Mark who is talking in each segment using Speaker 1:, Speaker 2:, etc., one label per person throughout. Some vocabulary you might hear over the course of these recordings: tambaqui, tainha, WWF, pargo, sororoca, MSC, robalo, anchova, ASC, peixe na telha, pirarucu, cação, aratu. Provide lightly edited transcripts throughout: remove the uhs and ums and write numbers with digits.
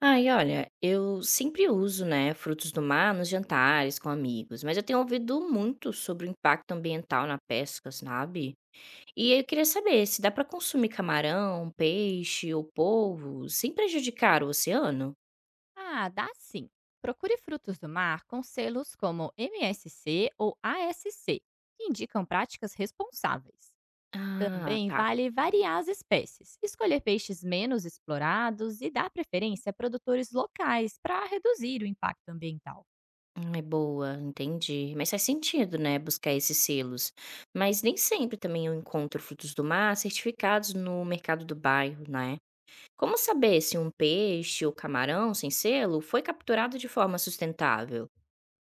Speaker 1: Ai, olha, eu sempre uso, né, frutos do mar nos jantares com amigos, mas eu tenho ouvido muito sobre o impacto ambiental na pesca, sabe? E eu queria saber se dá para consumir camarão, peixe ou polvo sem prejudicar o oceano?
Speaker 2: Ah, dá sim. Procure frutos do mar com selos como MSC ou ASC, que indicam práticas responsáveis.
Speaker 1: Ah,
Speaker 2: Também
Speaker 1: tá.
Speaker 2: vale variar as espécies, escolher peixes menos explorados e dar preferência a produtores locais para reduzir o impacto ambiental.
Speaker 1: É boa, entendi. Mas faz sentido, né, buscar esses selos. Mas nem sempre também eu encontro frutos do mar certificados no mercado do bairro, né? Como saber se um peixe ou camarão sem selo foi capturado de forma sustentável?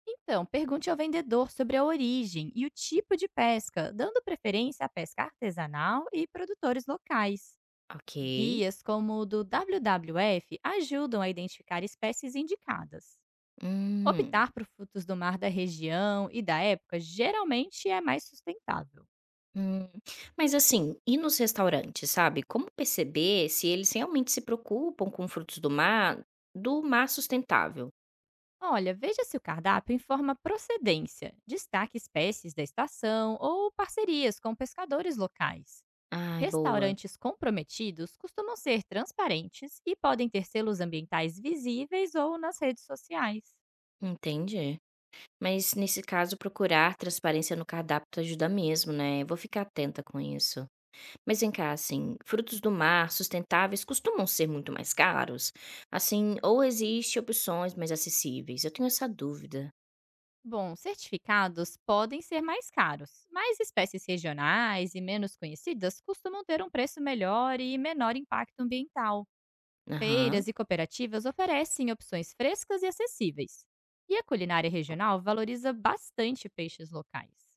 Speaker 2: Então, pergunte ao vendedor sobre a origem e o tipo de pesca, dando preferência à pesca artesanal e produtores locais.
Speaker 1: Ok.
Speaker 2: Guias como o do WWF ajudam a identificar espécies indicadas.
Speaker 1: Hum,
Speaker 2: Optar por frutos do mar da região e da época geralmente é mais sustentável.
Speaker 1: hum. Mas assim, e nos restaurantes, sabe? Como perceber se eles realmente se preocupam com frutos do mar sustentável?
Speaker 2: Olha, veja se o cardápio informa procedência, destaque espécies da estação ou parcerias com pescadores locais.
Speaker 1: Ai, boa.
Speaker 2: Restaurantes comprometidos costumam ser transparentes e podem ter selos ambientais visíveis ou nas redes sociais.
Speaker 1: Entendi. Mas nesse caso, procurar transparência no cardápio ajuda mesmo, né? Eu vou ficar atenta com isso. Mas vem cá, assim, frutos do mar sustentáveis costumam ser muito mais caros? Assim, ou existe opções mais acessíveis? Eu tenho essa dúvida.
Speaker 2: Bom, certificados podem ser mais caros, mas espécies regionais e menos conhecidas costumam ter um preço melhor e menor impacto ambiental.
Speaker 1: Aham.
Speaker 2: Feiras e cooperativas oferecem opções frescas e acessíveis. E a culinária regional valoriza bastante peixes locais.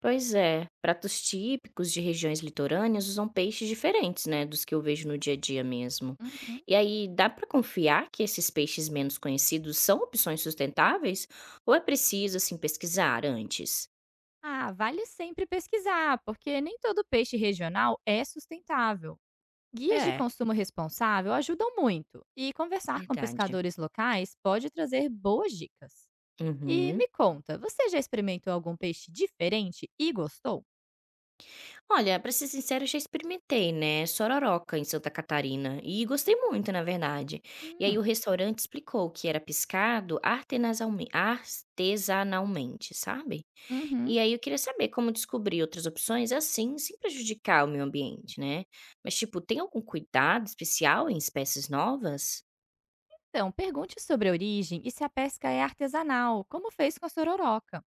Speaker 1: Pois é, pratos típicos de regiões litorâneas usam peixes diferentes, né, dos que eu vejo no dia a dia mesmo.
Speaker 2: Uhum.
Speaker 1: E aí, dá para confiar que esses peixes menos conhecidos são opções sustentáveis? Ou é preciso, assim, pesquisar antes?
Speaker 2: Ah, vale sempre pesquisar, porque nem todo peixe regional é sustentável. Guias de
Speaker 1: É,
Speaker 2: consumo responsável ajudam muito, e conversar com
Speaker 1: verdade.
Speaker 2: pescadores locais pode trazer boas dicas. E
Speaker 1: Uhum.
Speaker 2: me conta, você já experimentou algum peixe diferente e gostou?
Speaker 1: Olha, pra ser sincero, eu já experimentei, né, sororoca em Santa Catarina e gostei muito, na verdade. E aí o
Speaker 2: Hum,
Speaker 1: restaurante explicou que era pescado artesanalmente, sabe?
Speaker 2: uhum.
Speaker 1: E aí eu queria saber como descobrir outras opções assim, sem prejudicar o meio ambiente, né? Mas tipo, tem algum cuidado especial em espécies novas?
Speaker 2: Então, pergunte sobre a origem e se a pesca é artesanal, como fez com a sororoca.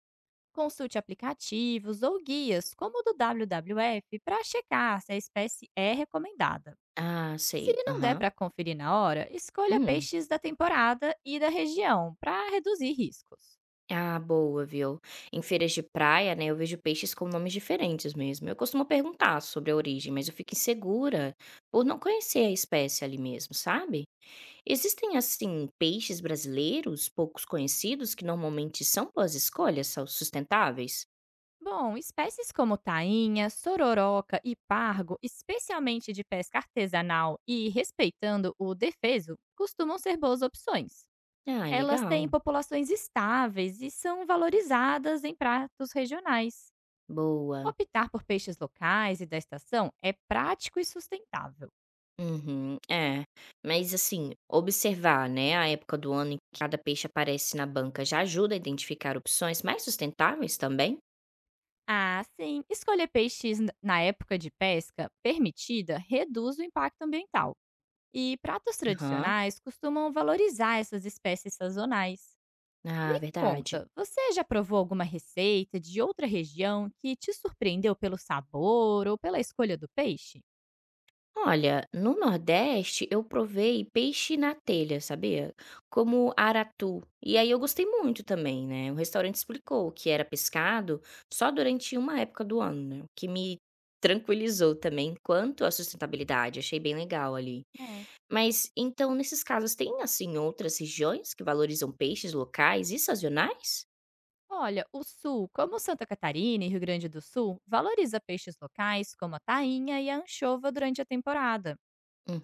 Speaker 2: Consulte aplicativos ou guias, como o do WWF, para checar se a espécie é recomendada.
Speaker 1: Ah,
Speaker 2: Se
Speaker 1: sei.
Speaker 2: não der
Speaker 1: Aham.
Speaker 2: para conferir na hora, escolha
Speaker 1: Hum.
Speaker 2: peixes da temporada e da região para reduzir riscos.
Speaker 1: Ah, boa, viu? Em feiras de praia, né, eu vejo peixes com nomes diferentes mesmo. Eu costumo perguntar sobre a origem, mas eu fico insegura por não conhecer a espécie ali mesmo, sabe? Existem, assim, peixes brasileiros poucos conhecidos que normalmente são boas escolhas, são sustentáveis?
Speaker 2: Bom, espécies como tainha, sororoca e pargo, especialmente de pesca artesanal e respeitando o defeso, costumam ser boas opções.
Speaker 1: Ah, é
Speaker 2: Elas têm
Speaker 1: legal.
Speaker 2: populações estáveis e são valorizadas em pratos regionais.
Speaker 1: Boa.
Speaker 2: Optar por peixes locais e da estação é prático e sustentável.
Speaker 1: Uhum, é. Mas, assim, observar, né, a época do ano em que cada peixe aparece na banca já ajuda a identificar opções mais sustentáveis também?
Speaker 2: Ah, sim, escolher na época de pesca permitida reduz o impacto ambiental. E pratos
Speaker 1: Aham.
Speaker 2: tradicionais costumam valorizar essas espécies sazonais.
Speaker 1: Ah,
Speaker 2: Me
Speaker 1: verdade.
Speaker 2: conta, você já provou alguma receita de outra região que te surpreendeu pelo sabor ou pela escolha do peixe?
Speaker 1: Olha, no Nordeste eu provei peixe na telha, sabia? Como aratu. E aí eu gostei muito também, né? O restaurante explicou que era pescado só durante uma época do ano, né? O que me tranquilizou também quanto à sustentabilidade. Achei bem legal ali.
Speaker 2: É.
Speaker 1: Mas então, nesses casos, tem assim outras regiões que valorizam peixes locais e sazonais?
Speaker 2: Olha, o Sul, como Santa Catarina e Rio Grande do Sul, valoriza peixes locais como a tainha e a anchova durante a temporada.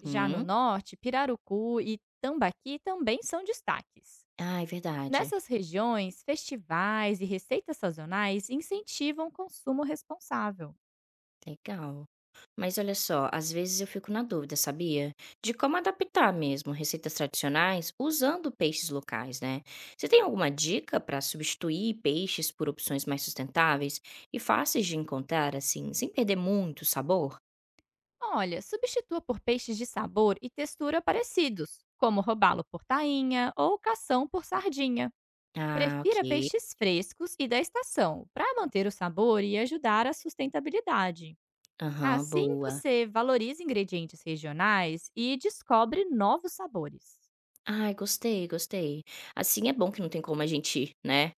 Speaker 2: Já no Norte, pirarucu e tambaqui também são destaques.
Speaker 1: Ah, é verdade.
Speaker 2: Nessas regiões, festivais e receitas sazonais incentivam o consumo responsável.
Speaker 1: Legal. Mas olha só, às vezes eu fico na dúvida, sabia? De como adaptar mesmo receitas tradicionais usando peixes locais, né? Você tem alguma dica para substituir peixes por opções mais sustentáveis e fáceis de encontrar, assim, sem perder muito o sabor?
Speaker 2: Olha, substitua por peixes de sabor e textura parecidos, como robalo por tainha ou cação por sardinha.
Speaker 1: Ah,
Speaker 2: Prefira
Speaker 1: ok.
Speaker 2: peixes frescos e da estação, para manter o sabor e ajudar a sustentabilidade.
Speaker 1: Aham,
Speaker 2: Assim,
Speaker 1: boa.
Speaker 2: você valoriza ingredientes regionais e descobre novos sabores.
Speaker 1: Ai, gostei, gostei. Assim é bom que não tem como a gente, né,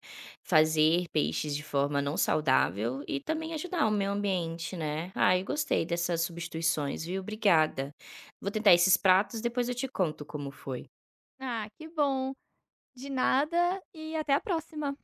Speaker 1: fazer peixes de forma não saudável e também ajudar o meio ambiente, né. Ai, gostei dessas substituições, viu, obrigada. Vou tentar esses pratos, depois eu te conto como foi.
Speaker 2: Ah, que bom! De nada e até a próxima!